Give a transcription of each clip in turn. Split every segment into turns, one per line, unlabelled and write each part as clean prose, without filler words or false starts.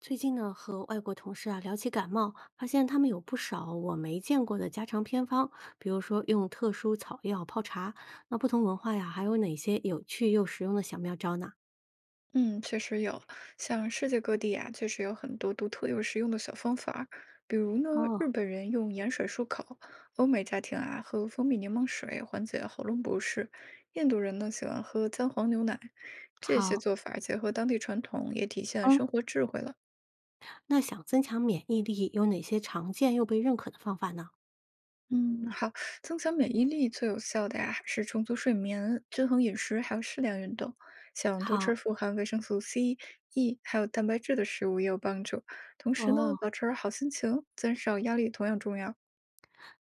最近呢，和外国同事啊聊起感冒，发现他们有不少我没见过的家常偏方，比如说用特殊草药泡茶。那不同文化呀，还有哪些有趣又实用的小妙招呢？
嗯，确实有，像世界各地啊，确实有很多独特又实用的小方法儿。比如呢，
哦，
日本人用盐水漱口，欧美家庭啊喝蜂蜜柠檬水缓解喉咙不适，印度人呢喜欢喝姜黄牛奶。这些
好，
做法儿结合当地传统，也体现
嗯，
生活智慧了。
那想增强免疫力，有哪些常见又被认可的方法呢？
嗯，好，增强免疫力最有效的呀，还是充足睡眠、均衡饮食，还有适量运动。像多
好，
吃富含维生素 C、E 还有蛋白质的食物也有帮助。同时呢，
哦，
保持好心情，减少压力同样重要。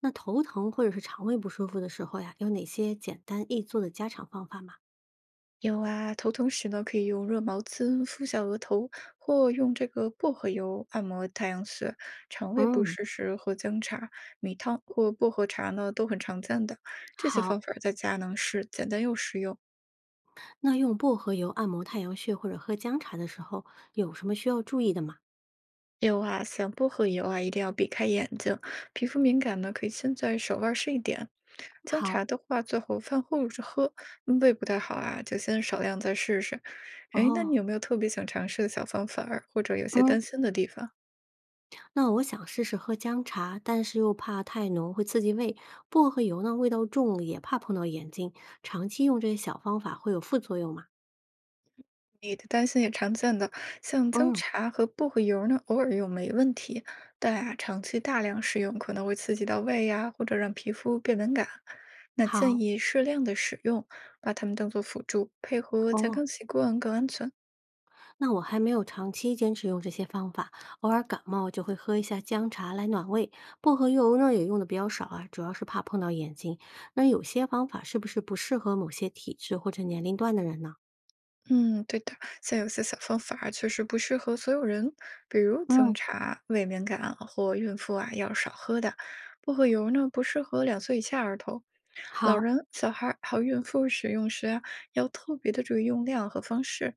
那头疼或者是肠胃不舒服的时候呀，有哪些简单易做的家常方法吗？
有啊，头疼时呢，可以用热毛巾敷下额头，或用这个薄荷油按摩太阳穴。肠胃不
嗯，
适时喝姜茶、米汤或薄荷茶呢，都很常见的。这些
好，
方法在家能是简单又实用。
那用薄荷油按摩太阳穴或者喝姜茶的时候，有什么需要注意的吗？
有啊，想薄荷油啊，一定要避开眼睛，皮肤敏感呢，可以先在手腕试一点。姜
好，
茶的话，最后饭后着喝，嗯胃不太好啊，就先少量再试试。哎，那你
哦，
有没有特别想尝试的小方法儿，或者有些
嗯，
担心的地方？
那我想试试喝姜茶，但是又怕太浓会刺激胃。薄荷油呢，味道重，也怕碰到眼睛。长期用这些小方法会有副作用吗？
你的担心也常见的，像姜
嗯，
茶和薄荷油呢，偶尔用没问题，但啊，长期大量使用可能会刺激到胃呀、或者让皮肤变敏感。那建
好，
议适量的使用，把它们当做辅助，配合健
哦，
康习惯更安全。
那我还没有长期坚持用这些方法，偶尔感冒就会喝一下姜茶来暖胃。薄荷油呢也用的比较少啊，主要是怕碰到眼睛。那有些方法是不是不适合某些体质或者年龄段的人呢？
嗯，对的，像有些小方法儿确实不适合所有人，比如姜
嗯，
茶、胃敏感啊或孕妇啊要少喝的。薄荷油呢不适合2岁以下儿童、老
好。
人、小孩儿还有孕妇使用时啊，要特别的注意用量和方式。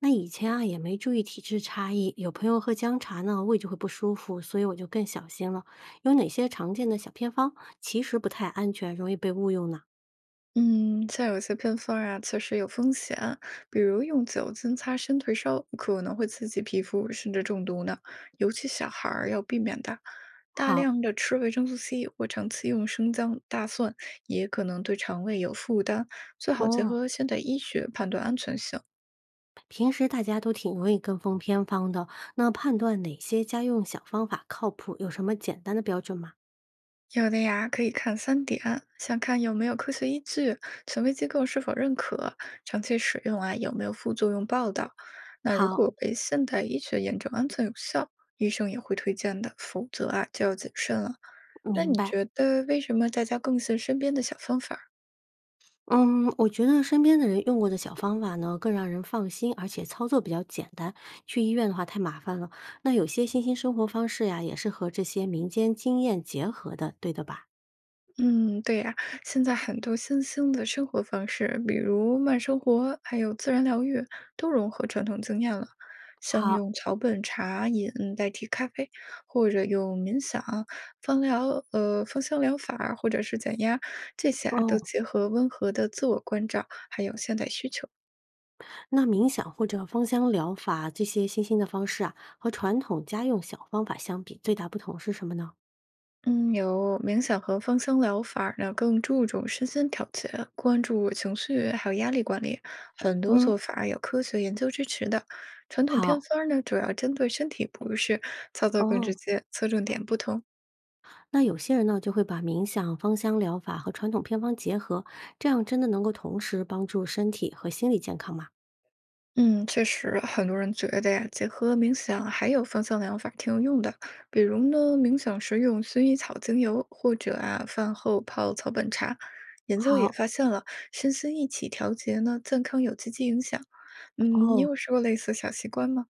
那以前啊也没注意体质差异，有朋友喝姜茶呢，胃就会不舒服，所以我就更小心了。有哪些常见的小偏方其实不太安全，容易被误用呢？
嗯，像有些偏方儿啊，确实有风险，比如用酒精擦身退烧，可能会刺激皮肤，甚至中毒呢。尤其小孩儿要避免的。大
好
量的吃维生素 C 或长期用生姜、大蒜，也可能对肠胃有负担，最好结
哦，
合现代医学判断安全性。
平时大家都挺容易跟风偏方的，那判断哪些家用小方法靠谱，有什么简单的标准吗？
有的呀，可以看3点，想看有没有科学依据，权威机构是否认可，长期使用啊有没有副作用报道。那如
好，
果被现代医学验证安全有效，医生也会推荐的，否则啊就要谨慎了。那
明
你
白。
觉得为什么大家更信身边的小方法？
嗯，我觉得身边的人用过的小方法呢，更让人放心，而且操作比较简单。去医院的话太麻烦了。那有些新兴生活方式呀，也是和这些民间经验结合的，对的吧？
嗯，对呀，现在很多新兴的生活方式，比如慢生活，还有自然疗愈，都融合传统经验了。像
好，
用草本茶饮代替咖啡，或者用冥想、芳疗、芳香疗法，或者是减压，这些啊
哦，
都结合温和的自我关照，还有现代需求。
那冥想或者芳香疗法这些新兴的方式啊，和传统家用小方法相比，最大不同是什么呢？
嗯，有冥想和芳香疗法儿呢，更注重身心调节，关注情绪还有压力管理，很多
嗯，
做法儿有科学研究支持的。传统偏
好。
方儿呢，主要针对身体不适，操作更
哦，
直接，侧重点不同。
那有些人呢就会把冥想、芳香疗法和传统偏方结合，这样真的能够同时帮助身体和心理健康吗？
嗯，确实，很多人觉得呀，结合冥想还有芳香疗法挺有用的。比如呢，冥想时用薰衣草精油，或者啊，饭后泡草本茶。研究也
好，
发现了，身心一起调节呢，健康有积极影响。嗯，你
哦，
有试过类似小习惯吗？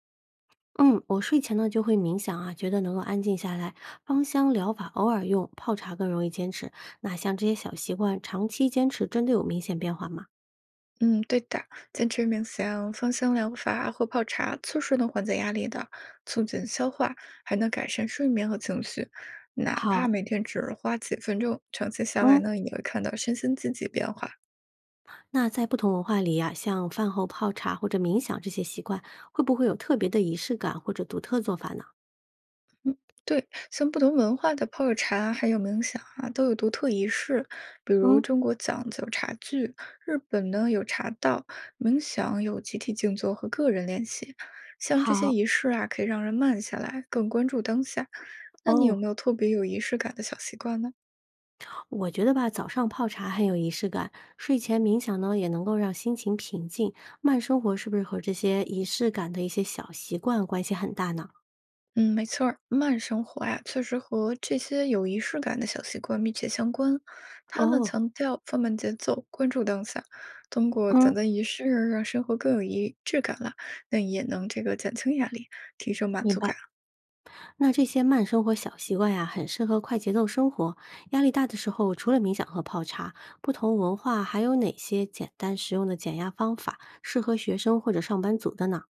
嗯，我睡前呢就会冥想啊，觉得能够安静下来。芳香疗法偶尔用，泡茶更容易坚持。那像这些小习惯，长期坚持真的有明显变化吗？
嗯，对的，坚持冥想、芳香疗法或泡茶，确实能缓解压力的，促进消化，还能改善睡眠和情绪。哪怕
好，
每天只花几分钟，长期下来
嗯，
呢，也会看到身心积极变化。
那在不同文化里呀、像饭后泡茶或者冥想这些习惯，会不会有特别的仪式感或者独特做法呢？
对，像不同文化的泡热茶还有冥想啊，都有独特仪式，比如
嗯，
中国讲究茶具，日本呢有茶道，冥想有集体静坐和个人练习。像这些
好。
仪式啊，可以让人慢下来，更关注当下。那你有
哦，
没有特别有仪式感的小习惯呢？
我觉得吧，早上泡茶很有仪式感，睡前冥想呢也能够让心情平静。慢生活是不是和这些仪式感的一些小习惯关系很大呢？
嗯，没错儿，慢生活呀，确实和这些有仪式感的小习惯密切相关。它呢
哦，
强调放慢节奏，关注当下，通过简
嗯，
单仪式让生活更有仪质感啦，那也能这个减轻压力，提升满
明
足
白。
感。
那这些慢生活小习惯呀，很适合快节奏生活。压力大的时候，除了冥想和泡茶，不同文化还有哪些简单实用的减压方法适合学生或者上班族的呢？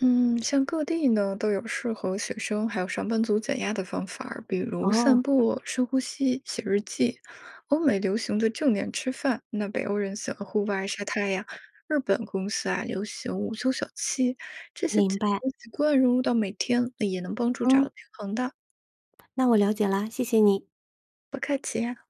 嗯，像各地呢都有适合学生还有上班族减压的方法儿比如散
哦，
步、深呼吸、写日记。欧美流行的正念吃饭，那北欧人喜欢户外晒太阳，日本公司啊流行午休小憩，这些
明白。
习惯融入到每天也能帮助找
嗯，
到平衡的。
那我了解啦，谢谢你。
不客气呀。